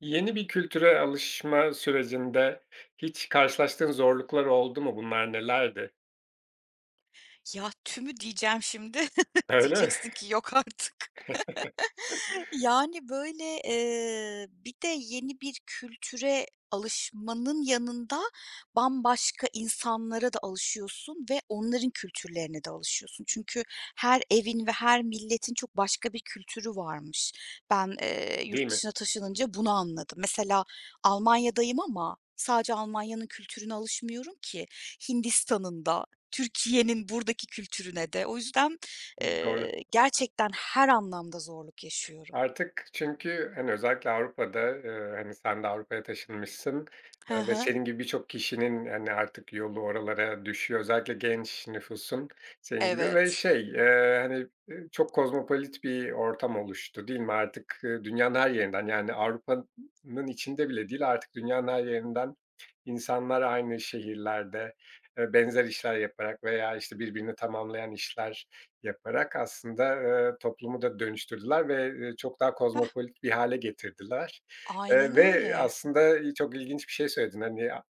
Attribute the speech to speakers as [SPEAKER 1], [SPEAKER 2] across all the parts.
[SPEAKER 1] Yeni bir kültüre alışma sürecinde hiç karşılaştığın zorluklar oldu mu? Bunlar nelerdi?
[SPEAKER 2] Ya, tümü diyeceğim şimdi.
[SPEAKER 1] Öyle mi?
[SPEAKER 2] Diyeceksin ki yok artık. Yani, böyle, bir de yeni bir kültüre alışmanın yanında bambaşka insanlara da alışıyorsun ve onların kültürlerine de alışıyorsun. Çünkü her evin ve her milletin çok başka bir kültürü varmış. Ben,
[SPEAKER 1] Değil
[SPEAKER 2] yurt
[SPEAKER 1] mi?
[SPEAKER 2] dışına taşınınca bunu anladım. Mesela Almanya'dayım ama sadece Almanya'nın kültürüne alışmıyorum ki. Hindistan'ın da, Türkiye'nin buradaki kültürüne de. O yüzden,
[SPEAKER 1] Doğru.
[SPEAKER 2] gerçekten her anlamda zorluk yaşıyorum.
[SPEAKER 1] Artık çünkü, hani, özellikle Avrupa'da, hani, sen de Avrupa'ya taşınmışsın,
[SPEAKER 2] Hı
[SPEAKER 1] ve
[SPEAKER 2] hı.
[SPEAKER 1] senin gibi birçok kişinin, hani, artık yolu oralara düşüyor. Özellikle genç nüfusun senin gibi ve
[SPEAKER 2] Evet.
[SPEAKER 1] şey, hani, çok kozmopolit bir ortam oluştu, değil mi? Artık, dünyanın her yerinden, yani, Avrupa'nın içinde bile değil, artık dünyanın her yerinden insanlar aynı şehirlerde, benzer işler yaparak veya, işte, birbirini tamamlayan işler yaparak aslında, toplumu da dönüştürdüler ve, çok daha
[SPEAKER 2] Hah,
[SPEAKER 1] kozmopolit bir hale getirdiler.
[SPEAKER 2] aynen
[SPEAKER 1] Ve
[SPEAKER 2] öyle.
[SPEAKER 1] aslında, çok ilginç bir şey söyledin. Hani,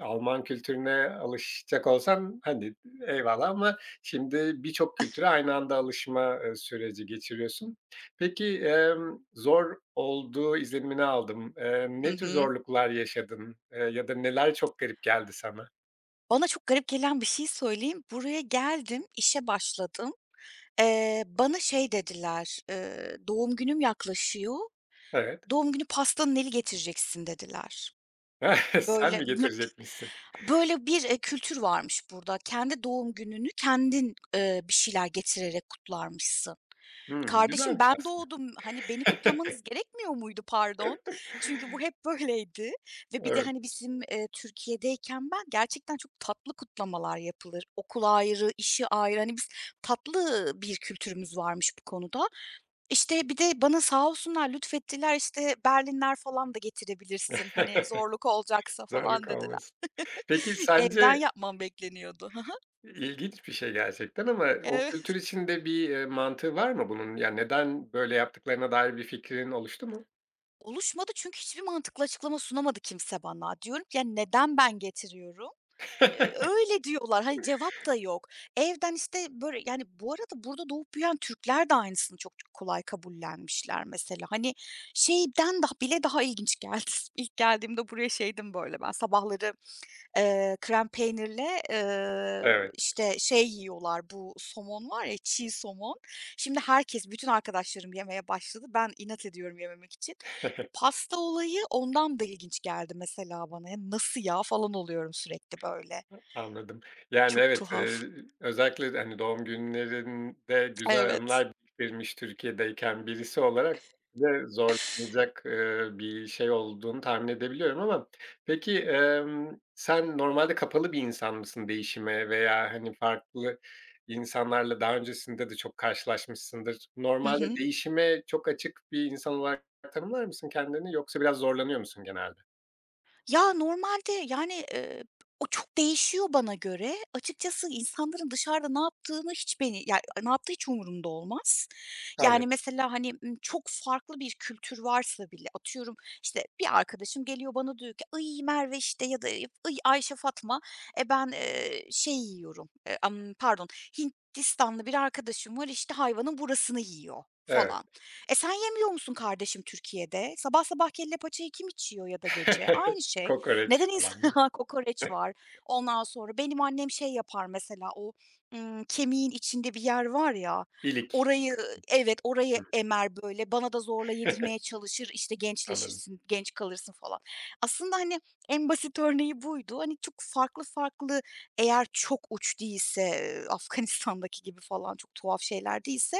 [SPEAKER 1] Alman kültürüne alışacak olsan, hani, eyvallah ama şimdi birçok kültüre aynı anda alışma, süreci geçiriyorsun. Peki, zor olduğu izlenimini aldım. Eee,
[SPEAKER 2] Hı
[SPEAKER 1] ne tür
[SPEAKER 2] hı.
[SPEAKER 1] zorluklar yaşadın, ya da neler çok garip geldi sana?
[SPEAKER 2] Bana çok garip gelen bir şey söyleyeyim. Buraya geldim, işe başladım. Bana şey dediler, "Doğum günüm yaklaşıyor.
[SPEAKER 1] Evet.
[SPEAKER 2] Doğum günü pastanın eli getireceksin." dediler.
[SPEAKER 1] Sen
[SPEAKER 2] Böyle
[SPEAKER 1] mi getirecekmişsin?
[SPEAKER 2] böyle bir, kültür varmış burada. Kendi doğum gününü kendin, bir şeyler getirerek kutlarmışsın.
[SPEAKER 1] Hımm,
[SPEAKER 2] Kardeşim
[SPEAKER 1] güzelmiş
[SPEAKER 2] ben
[SPEAKER 1] aslında.
[SPEAKER 2] doğdum, hani, beni kutlamanız gerekmiyor muydu pardon? Çünkü bu hep böyleydi ve bir de,
[SPEAKER 1] Evet.
[SPEAKER 2] hani, bizim, Türkiye'deyken ben gerçekten çok tatlı kutlamalar yapılır. Okul ayrı, işi ayrı. Hani, biz tatlı bir kültürümüz varmış bu konuda. İşte, bir de bana sağ olsunlar lütfettiler, işte, berlinler falan da getirebilirsin, hani, zorluk olacaksa
[SPEAKER 1] Zorlu
[SPEAKER 2] falan dediler.
[SPEAKER 1] kalmasın. Peki
[SPEAKER 2] Evden
[SPEAKER 1] sence
[SPEAKER 2] yapmam bekleniyordu. Hı hı.
[SPEAKER 1] ilginç bir şey gerçekten ama o kültür
[SPEAKER 2] Evet.
[SPEAKER 1] içinde bir, mantığı var mı bunun? Yani neden böyle yaptıklarına dair bir fikrin oluştu mu?
[SPEAKER 2] Oluşmadı çünkü hiçbir mantıklı açıklama sunamadı kimse bana. Diyorum ki, "Ya, neden ben getiriyorum?" Eee, öyle diyorlar. Hani, cevap da yok. Evden, işte, böyle, yani, bu arada burada doğup büyüyen Türkler de aynısını çok kolay kabullenmişler mesela. Hani, şeyden daha bile daha ilginç geldi. İlk geldiğimde buraya şeydim, böyle, ben sabahları, krem peynirle,
[SPEAKER 1] Evet.
[SPEAKER 2] işte, şey yiyorlar, bu somon var ya, çiğ somon. Şimdi herkes, bütün arkadaşlarım yemeye başladı. Ben inat ediyorum yememek için. Bu pasta olayı ondan da ilginç geldi mesela bana. Ya, nasıl ya falan oluyorum sürekli böyle.
[SPEAKER 1] Anladım. Yani,
[SPEAKER 2] Çok
[SPEAKER 1] evet,
[SPEAKER 2] tuhaf.
[SPEAKER 1] özellikle, hani, doğum günlerinde güzel
[SPEAKER 2] Evet.
[SPEAKER 1] anılar biriktirmiş Türkiye'deyken birisi olarak de zorlanacak bir şey olduğunu tahmin edebiliyorum ama peki, sen normalde kapalı bir insan mısın değişime veya, hani, farklı insanlarla daha öncesinde de çok karşılaşmışsındır.
[SPEAKER 2] Hı
[SPEAKER 1] Normalde
[SPEAKER 2] hı.
[SPEAKER 1] değişime çok açık bir insan olarak tanımlar mısın kendini yoksa biraz zorlanıyor musun genelde?
[SPEAKER 2] Ya, normalde, yani, o çok değişiyor bana göre. Açıkçası insanların dışarıda ne yaptığını hiç beni ya, ne yaptığı hiç umurumda olmaz. Yani,
[SPEAKER 1] Anladım.
[SPEAKER 2] mesela, hani, çok farklı bir kültür varsa bile atıyorum, işte, bir arkadaşım geliyor bana diyor ki "Ay, Merve, işte, ya da ay, Ayşe, Fatma, ben, şey yiyorum, pardon, Hindistanlı bir arkadaşım var, işte, hayvanın burasını yiyor."
[SPEAKER 1] Evet.
[SPEAKER 2] falan. E, sen yemiyor musun kardeşim Türkiye'de? Sabah sabah kelle paçayı kim içiyor ya da gece? Aynı şey.
[SPEAKER 1] Kokoreç
[SPEAKER 2] Neden
[SPEAKER 1] falan değil mi?
[SPEAKER 2] insanlar kokoreç var? Ondan sonra benim annem şey yapar mesela o, kemiğin içinde bir yer var ya,
[SPEAKER 1] İlik.
[SPEAKER 2] orayı. Evet, orayı
[SPEAKER 1] Hı.
[SPEAKER 2] emer böyle, bana da zorla yedirmeye çalışır, işte,
[SPEAKER 1] Anladım,
[SPEAKER 2] gençleşirsin, genç kalırsın falan. Aslında, hani, en basit örneği buydu. Hani, çok farklı farklı eğer çok uç değilse, Afganistan'daki gibi falan çok tuhaf şeyler değilse.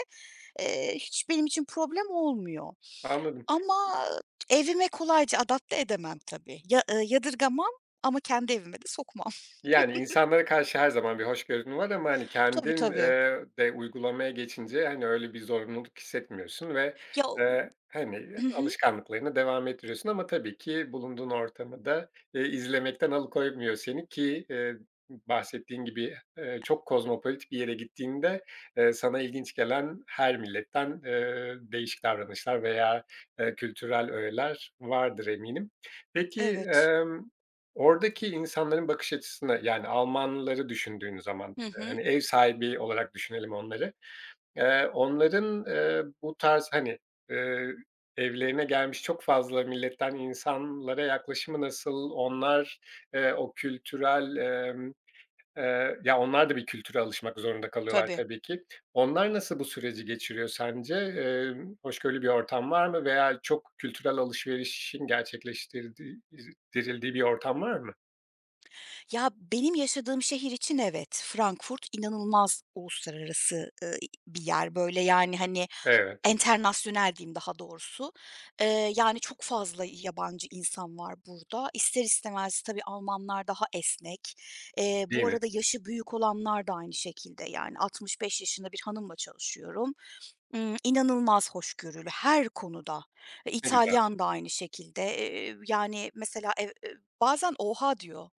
[SPEAKER 2] Hiç benim için problem olmuyor
[SPEAKER 1] anladım.
[SPEAKER 2] ama evime kolayca adapte edemem tabii. Ya yadırgamam ama kendi evime de sokmam.
[SPEAKER 1] Yani, insanlara karşı her zaman bir hoşgörün var ama, hani,
[SPEAKER 2] Tabii,
[SPEAKER 1] kendin,
[SPEAKER 2] tabii.
[SPEAKER 1] de uygulamaya geçince, hani, öyle bir zorunluluk hissetmiyorsun ve,
[SPEAKER 2] Ya.
[SPEAKER 1] hani,
[SPEAKER 2] Hı hı.
[SPEAKER 1] alışkanlıklarına devam ettiriyorsun ama tabii ki bulunduğun ortamı da, izlemekten alıkoymuyor seni ki, bahsettiğin gibi, çok kozmopolit bir yere gittiğinde, sana ilginç gelen her milletten, değişik davranışlar veya, kültürel öğeler vardır eminim. Peki,
[SPEAKER 2] Evet.
[SPEAKER 1] oradaki insanların bakış açısına, yani Almanları düşündüğün zaman,
[SPEAKER 2] Hı hı.
[SPEAKER 1] hani, ev sahibi olarak düşünelim onları. Onların, bu tarz, hani, eee, evlerine gelmiş çok fazla milletten insanlara yaklaşımı nasıl? Onlar, o kültürel, ya, onlar da bir kültüre alışmak zorunda kalıyorlar
[SPEAKER 2] Tabii.
[SPEAKER 1] tabii ki. Onlar nasıl bu süreci geçiriyor sence? Hoşgörülü bir ortam var mı veya çok kültürel alışverişin gerçekleştirdiği dirildiği bir ortam var mı?
[SPEAKER 2] Ya, benim yaşadığım şehir için evet, Frankfurt inanılmaz uluslararası, bir yer. Böyle, yani, hani.
[SPEAKER 1] Evet,
[SPEAKER 2] Enternasyonel diyeyim daha doğrusu. Yani çok fazla yabancı insan var burada. İster istemez tabii Almanlar daha esnek. Eee,
[SPEAKER 1] değil
[SPEAKER 2] bu
[SPEAKER 1] mi?
[SPEAKER 2] arada yaşı büyük olanlar da aynı şekilde. Yani 65 yaşında bir hanımla çalışıyorum. Imm, inanılmaz hoşgörülü her konuda. E,
[SPEAKER 1] Ne güzel.
[SPEAKER 2] İtalyan da aynı şekilde. Yani mesela ev bazen "oha" diyor.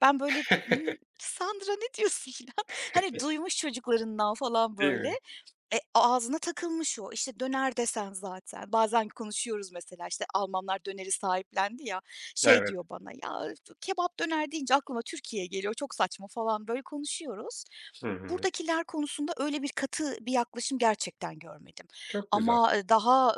[SPEAKER 2] Ben böyle, "Hımm, Sandra ne diyorsun?" filan. Hani duymuş çocuklarından falan
[SPEAKER 1] Değil
[SPEAKER 2] böyle.
[SPEAKER 1] mi?
[SPEAKER 2] E, ağzına takılmış o. İşte döner desen zaten bazen konuşuyoruz mesela, işte, Almanlar döneri sahiplendi ya, şey
[SPEAKER 1] Evet.
[SPEAKER 2] diyor bana, "Ya, kebap döner deyince aklıma Türkiye geliyor, çok saçma." falan böyle konuşuyoruz.
[SPEAKER 1] Hı hı.
[SPEAKER 2] Buradakiler konusunda öyle bir katı bir yaklaşım gerçekten görmedim.
[SPEAKER 1] Çok güzel.
[SPEAKER 2] Ama, daha,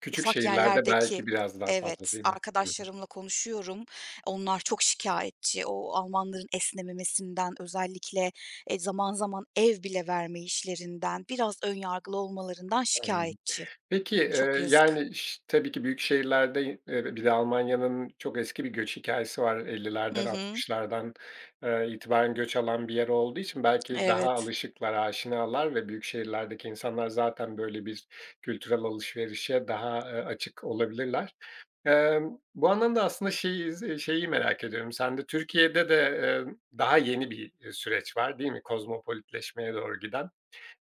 [SPEAKER 1] Küçük
[SPEAKER 2] ufak
[SPEAKER 1] şehirlerde
[SPEAKER 2] yerlerdeki.
[SPEAKER 1] belki biraz daha fazla,
[SPEAKER 2] Evet,
[SPEAKER 1] değil mi? Hı hı.
[SPEAKER 2] arkadaşlarımla konuşuyorum. Onlar çok şikâyetçi. O Almanların esnememesinden, özellikle, zaman zaman ev bile verme işlerinden, biraz ön yargılı olmalarından
[SPEAKER 1] Anladım.
[SPEAKER 2] şikâyetçi.
[SPEAKER 1] Peki,
[SPEAKER 2] Çok yazık.
[SPEAKER 1] yani, tabii ki büyük şehirlerde, bir de Almanya'nın çok eski bir göç hikayesi var.
[SPEAKER 2] Hı
[SPEAKER 1] 50'lerden
[SPEAKER 2] hı.
[SPEAKER 1] 60'lardan, itibaren göç alan bir yer olduğu için belki daha
[SPEAKER 2] Evet,
[SPEAKER 1] alışıklar, aşinalar ve büyük şehirlerdeki insanlar zaten böyle bir kültürel alışverişe daha, açık olabilirler. Bu anlamda aslında şeyi merak ediyorum. Sen de Türkiye'de de, daha yeni bir, süreç var değil mi? Kozmopolitleşmeye doğru giden.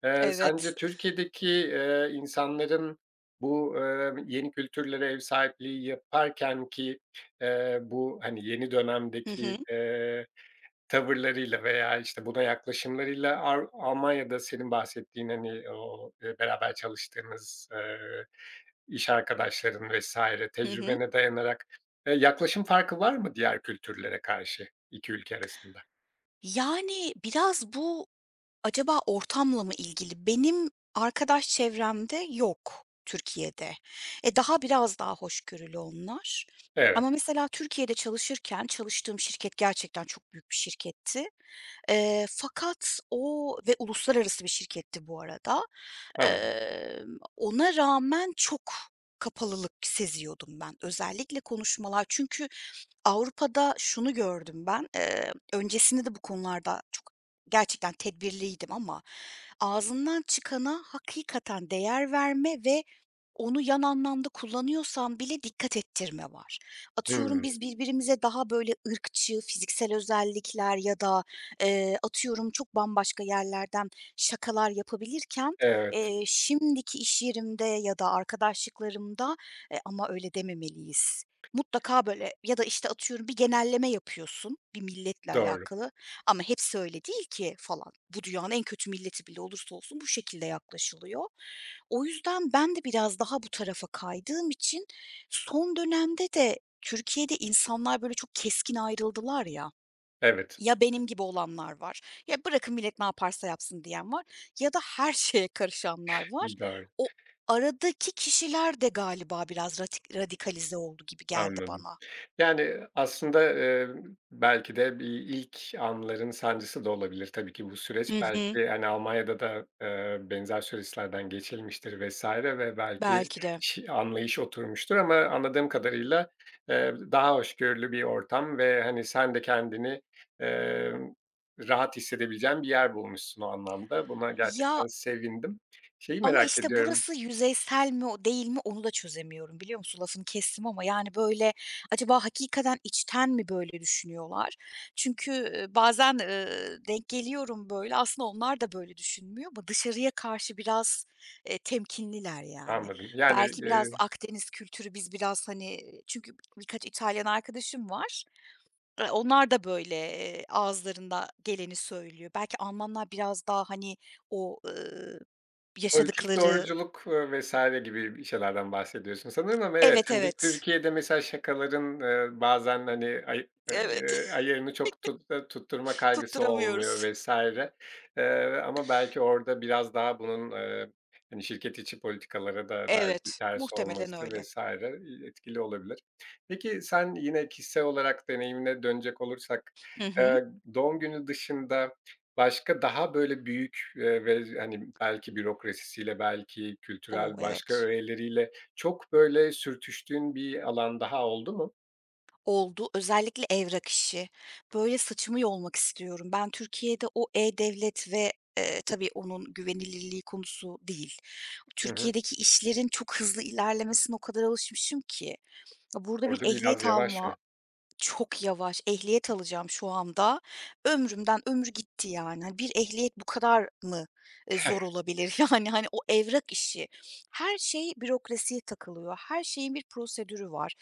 [SPEAKER 1] Eee,
[SPEAKER 2] evet.
[SPEAKER 1] sence Türkiye'deki, insanların bu, yeni kültürlere ev sahipliği yaparken ki, bu, hani, yeni
[SPEAKER 2] Hı hı.
[SPEAKER 1] dönemdeki, tavırlarıyla veya, işte, buna yaklaşımlarıyla Almanya'da senin bahsettiğin, hani, o, beraber çalıştığınız, iş arkadaşların vesaire
[SPEAKER 2] Hı hı.
[SPEAKER 1] tecrübene dayanarak, yaklaşım farkı var mı diğer kültürlere karşı 2 ülke arasında?
[SPEAKER 2] Yani, biraz bu. Acaba ortamla mı ilgili? Benim arkadaş çevremde yok Türkiye'de. E, daha biraz daha hoşgörülü onlar.
[SPEAKER 1] Evet,
[SPEAKER 2] Ama mesela Türkiye'de çalışırken çalıştığım şirket gerçekten çok büyük bir şirketti. Fakat o ve uluslararası bir şirketti bu arada.
[SPEAKER 1] anladım.
[SPEAKER 2] Ona rağmen çok kapalılık seziyordum ben. Özellikle konuşmalar çünkü Avrupa'da şunu gördüm ben, öncesinde de bu konularda çok gerçekten tedbirliydim ama ağzından çıkana hakikaten değer verme ve onu yan anlamda kullanıyorsam bile dikkat ettirme var. Atıyorum
[SPEAKER 1] Hımm.
[SPEAKER 2] biz birbirimize daha böyle ırkçı, fiziksel özellikler ya da, atıyorum çok bambaşka yerlerden şakalar yapabilirken,
[SPEAKER 1] Evet,
[SPEAKER 2] şimdiki iş yerimde ya da arkadaşlıklarımda, "Ama öyle dememeliyiz." Mutlaka böyle ya da, işte, atıyorum bir genelleme yapıyorsun bir milletle
[SPEAKER 1] doğru.
[SPEAKER 2] alakalı ama hepsi öyle değil ki falan. Bu dünyanın en kötü milleti bile olursa olsun bu şekilde yaklaşılıyor. O yüzden ben de biraz daha bu tarafa kaydığım için son dönemde de Türkiye'de insanlar böyle çok keskin ayrıldılar ya.
[SPEAKER 1] Evet,
[SPEAKER 2] Ya benim gibi olanlar var, ya bırakın millet ne yaparsa yapsın diyen var ya da her şeye karışanlar var.
[SPEAKER 1] doğru.
[SPEAKER 2] O aradaki kişiler de galiba biraz radikalize oldu gibi geldi
[SPEAKER 1] Anladım.
[SPEAKER 2] bana.
[SPEAKER 1] Yani, aslında, belki de bir ilk anların sancısı da olabilir tabii ki bu
[SPEAKER 2] Hı
[SPEAKER 1] süreç.
[SPEAKER 2] hı.
[SPEAKER 1] Belki, hani, Almanya'da da, benzer süreçlerden geçilmiştir vesaire ve belki
[SPEAKER 2] Belki de.
[SPEAKER 1] anlayış oturmuştur ama anladığım kadarıyla, daha hoşgörülü bir ortam ve, hani, sen de kendini, emm, rahat hissedebileceğin bir yer bulmuşsun o anlamda. Buna
[SPEAKER 2] Ya,
[SPEAKER 1] gerçekten sevindim. Şeyi
[SPEAKER 2] ama,
[SPEAKER 1] merak
[SPEAKER 2] işte,
[SPEAKER 1] ediyorum.
[SPEAKER 2] burası yüzeysel mi o değil mi onu da çözemiyorum, biliyor musun? Lafını kestim ama, yani, böyle, acaba hakikaten içten mi böyle düşünüyorlar? Çünkü, bazen, denk geliyorum böyle. Aslında onlar da böyle düşünmüyor ama dışarıya karşı biraz, temkinliler, yani.
[SPEAKER 1] Anladım. Yani,
[SPEAKER 2] Belki biraz Akdeniz kültürü, biz biraz, hani, çünkü birkaç İtalyan arkadaşım var. Onlar da, böyle, ağızlarında geleni söylüyor. Belki Almanlar biraz daha, hani, o,
[SPEAKER 1] Politik
[SPEAKER 2] yaşadıkları.
[SPEAKER 1] doğruculuk, vs. gibi bir şeylerden bahsediyorsun sanırım ama evet,
[SPEAKER 2] Evet,
[SPEAKER 1] hani,
[SPEAKER 2] evet.
[SPEAKER 1] Türkiye'de mesela şakaların, bazen, hani, ay
[SPEAKER 2] Evet,
[SPEAKER 1] ayarını çok tutturma kaygısı olmuyor
[SPEAKER 2] tutturamıyoruz.
[SPEAKER 1] vesaire. Ama belki orada biraz daha bunun, hani, şirket içi politikalara da belki
[SPEAKER 2] Evet,
[SPEAKER 1] ters
[SPEAKER 2] muhtemelen
[SPEAKER 1] olması
[SPEAKER 2] öyle.
[SPEAKER 1] vesaire etkili olabilir. Peki sen yine kişisel olarak deneyimine dönecek olursak,
[SPEAKER 2] Hı hı.
[SPEAKER 1] eee, doğum günü dışında başka daha böyle büyük, ve, hani, belki bürokrasisiyle, belki
[SPEAKER 2] O,
[SPEAKER 1] kültürel başka
[SPEAKER 2] evet.
[SPEAKER 1] öğeleriyle çok böyle sürtüştüğün bir alan daha oldu mu?
[SPEAKER 2] Oldu. Özellikle evrak işi. Böyle, saçımı yolmak istiyorum. Ben Türkiye'de o e-devlet ve, tabii onun güvenilirliği konusu değil.
[SPEAKER 1] Hı hı.
[SPEAKER 2] Türkiye'deki işlerin çok hızlı ilerlemesine o kadar alışmışım ki. Burada bir
[SPEAKER 1] Orada
[SPEAKER 2] ehliyet
[SPEAKER 1] biraz yavaş mı?
[SPEAKER 2] alma. Çok yavaş. Ehliyet alacağım şu anda. Ömrümden ömür gitti yani. Hani, bir ehliyet bu kadar mı, zor olabilir? Yani, hani, o evrak işi. Her şey bürokrasiye takılıyor. Her şeyin bir prosedürü var.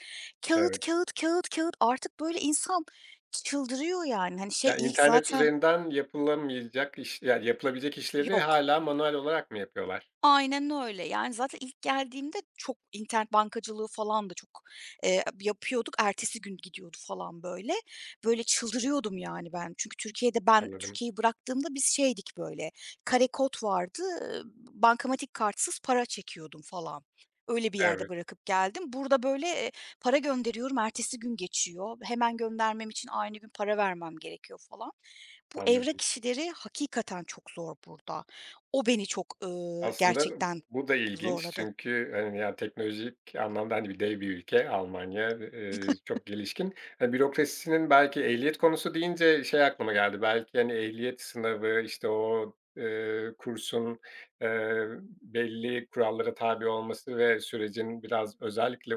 [SPEAKER 2] Kağıt
[SPEAKER 1] Evet.
[SPEAKER 2] kağıt kağıt kağıt. Artık böyle insan çıldırıyor yani. Hani, şey,
[SPEAKER 1] Ya,
[SPEAKER 2] ilk
[SPEAKER 1] internet
[SPEAKER 2] zaten
[SPEAKER 1] üzerinden yapılabilecek işleri
[SPEAKER 2] yok.
[SPEAKER 1] hala manuel olarak mı yapıyorlar?
[SPEAKER 2] Aynen öyle. Yani, zaten ilk geldiğimde çok internet bankacılığı falan da çok, yapıyorduk. Ertesi gün gidiyordu falan böyle. Böyle çıldırıyordum yani ben. Çünkü Türkiye'de ben
[SPEAKER 1] Anladım.
[SPEAKER 2] Türkiye'yi bıraktığımda biz şeydik böyle, kare kod vardı, bankamatik kartsız para çekiyordum falan. Öyle bir yerde
[SPEAKER 1] Evet,
[SPEAKER 2] bırakıp geldim. Burada böyle, para gönderiyorum, ertesi gün geçiyor. Hemen göndermem için aynı gün para vermem gerekiyor falan. Bu evrak
[SPEAKER 1] anladım.
[SPEAKER 2] işleri hakikaten çok zor burada. O beni çok,
[SPEAKER 1] Aslında
[SPEAKER 2] gerçekten
[SPEAKER 1] bu da ilginç
[SPEAKER 2] zorladı.
[SPEAKER 1] çünkü, hani, ya, teknolojik anlamda, hani, dev bir ülke Almanya, çok gelişkin. Hani, bürokrasisinin belki ehliyet konusu deyince şey aklıma geldi, belki, hani, ehliyet sınavı, işte, o, kursun, eee, belli kurallara tabi olması ve sürecin biraz özellikle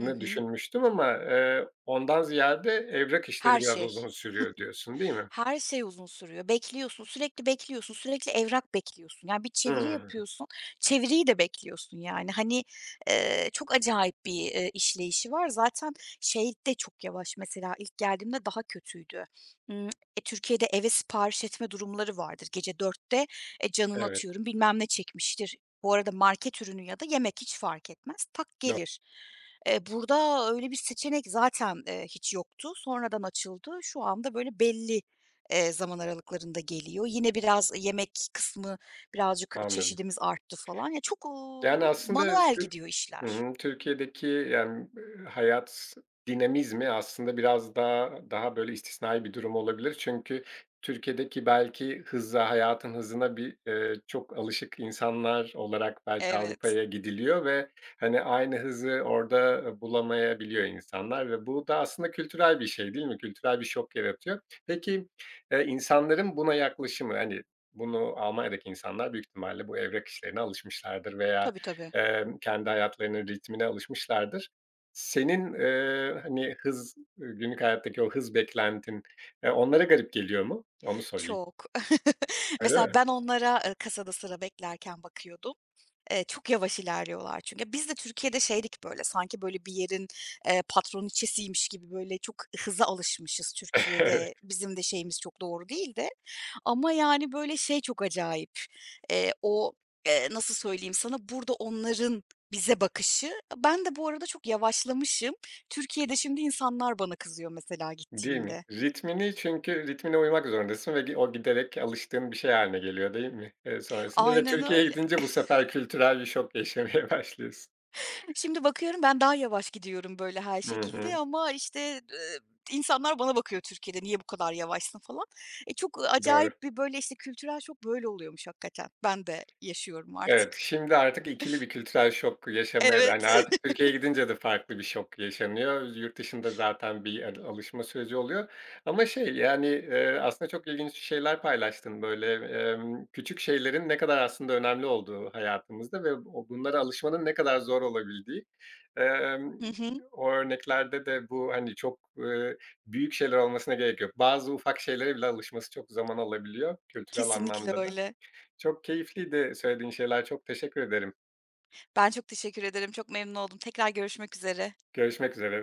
[SPEAKER 2] Hı hı.
[SPEAKER 1] düşünmüştüm ama, ondan ziyade evrak işleri
[SPEAKER 2] Her
[SPEAKER 1] biraz uzun
[SPEAKER 2] şey.
[SPEAKER 1] sürüyor diyorsun, değil mi?
[SPEAKER 2] Her şey uzun sürüyor. Bekliyorsun, sürekli bekliyorsun, sürekli evrak bekliyorsun. Yani bir çeviri
[SPEAKER 1] Hımm.
[SPEAKER 2] yapıyorsun, çeviriyi de bekliyorsun yani. Hani, çok acayip bir, işleyişi var. Zaten şey de çok yavaş mesela ilk geldiğimde daha kötüydü. Imm, Türkiye'de eve sipariş etme durumları vardır. Gece dörtte canın
[SPEAKER 1] Evet,
[SPEAKER 2] atıyorum bilmem ne çekmiştir. Bu arada market ürünü ya da yemek hiç fark etmez. Tak
[SPEAKER 1] do
[SPEAKER 2] gelir. Burada öyle bir seçenek zaten, hiç yoktu. Sonradan açıldı. Şu anda böyle belli, zaman aralıklarında geliyor. Yine biraz yemek kısmı birazcık
[SPEAKER 1] anladım.
[SPEAKER 2] çeşidimiz arttı falan. Ya, çok,
[SPEAKER 1] Yani, aslında.
[SPEAKER 2] manuel
[SPEAKER 1] Hı
[SPEAKER 2] gidiyor işler.
[SPEAKER 1] hı. Türkiye'deki, yani, hayat dinamizmi aslında biraz daha, böyle, istisnai bir durum olabilir. Çünkü Türkiye'deki belki hayatın hızına bir, çok alışık insanlar olarak belki
[SPEAKER 2] Evet.
[SPEAKER 1] Avrupa'ya gidiliyor ve, hani, aynı hızı orada, bulamayabiliyor insanlar ve bu da aslında kültürel bir şey, değil mi? Kültürel bir şok yaratıyor. Peki, insanların buna yaklaşımı, hani, bunu Almanya'daki insanlar büyük ihtimalle bu evrak işlerine alışmışlardır veya
[SPEAKER 2] Tabii, tabii.
[SPEAKER 1] Kendi hayatlarının ritmine alışmışlardır. Senin, hani, günlük hayattaki o hız beklentin, onlara garip geliyor mu? Onu sorayım.
[SPEAKER 2] Çok.
[SPEAKER 1] Öyle
[SPEAKER 2] Mesela
[SPEAKER 1] mi?
[SPEAKER 2] ben onlara, kasada sıra beklerken bakıyordum. Çok yavaş ilerliyorlar çünkü. Biz de Türkiye'de şeydik böyle, sanki böyle bir yerin, patroniçesiymiş gibi böyle çok hıza alışmışız Türkiye'de. Bizim de şeyimiz çok doğru değildi ama yani böyle şey çok acayip, o, nasıl söyleyeyim sana, burada onların bize bakışı. Ben de bu arada çok yavaşlamışım. Türkiye'de şimdi insanlar bana kızıyor mesela
[SPEAKER 1] Değil mi?
[SPEAKER 2] gittiğimde.
[SPEAKER 1] Çünkü ritmine uymak zorundasın ve o giderek alıştığın bir şey haline geliyor değil mi, sonrasında ve
[SPEAKER 2] Aynen
[SPEAKER 1] Türkiye'ye
[SPEAKER 2] öyle.
[SPEAKER 1] gidince bu sefer kültürel bir şok yaşamaya başlıyorsun.
[SPEAKER 2] Şimdi bakıyorum ben daha yavaş gidiyorum böyle her
[SPEAKER 1] Hı
[SPEAKER 2] şekilde
[SPEAKER 1] hı.
[SPEAKER 2] ama, işte, eee, insanlar bana bakıyor Türkiye'de, "Niye bu kadar yavaşsın?" falan. E, çok
[SPEAKER 1] Doğru.
[SPEAKER 2] acayip bir, böyle, işte, kültürel şok böyle oluyormuş hakikaten. Ben de yaşıyorum
[SPEAKER 1] Evet,
[SPEAKER 2] artık.
[SPEAKER 1] şimdi artık ikili bir kültürel şok yaşamaya da
[SPEAKER 2] Evet.
[SPEAKER 1] hani, artık Türkiye'ye gidince de farklı bir şok yaşanıyor. Yurt dışında zaten bir alışma süreci oluyor ama şey, yani, aslında çok ilginç şeyler paylaştın. Böyle, küçük şeylerin ne kadar aslında önemli olduğu hayatımızda ve o bunlara alışmanın ne kadar zor olabildiği. Emm,
[SPEAKER 2] Hı hı.
[SPEAKER 1] o örneklerde de bu, hani, çok, büyük şeyler olmasına gerek yok. Bazı ufak şeylere bile alışması çok zaman alabiliyor kültürel
[SPEAKER 2] Kesinlikle
[SPEAKER 1] anlamda da.
[SPEAKER 2] öyle.
[SPEAKER 1] Çok keyifliydi söylediğin şeyler. Çok teşekkür ederim.
[SPEAKER 2] Ben çok teşekkür ederim. Çok memnun oldum. Tekrar görüşmek üzere.
[SPEAKER 1] Görüşmek üzere.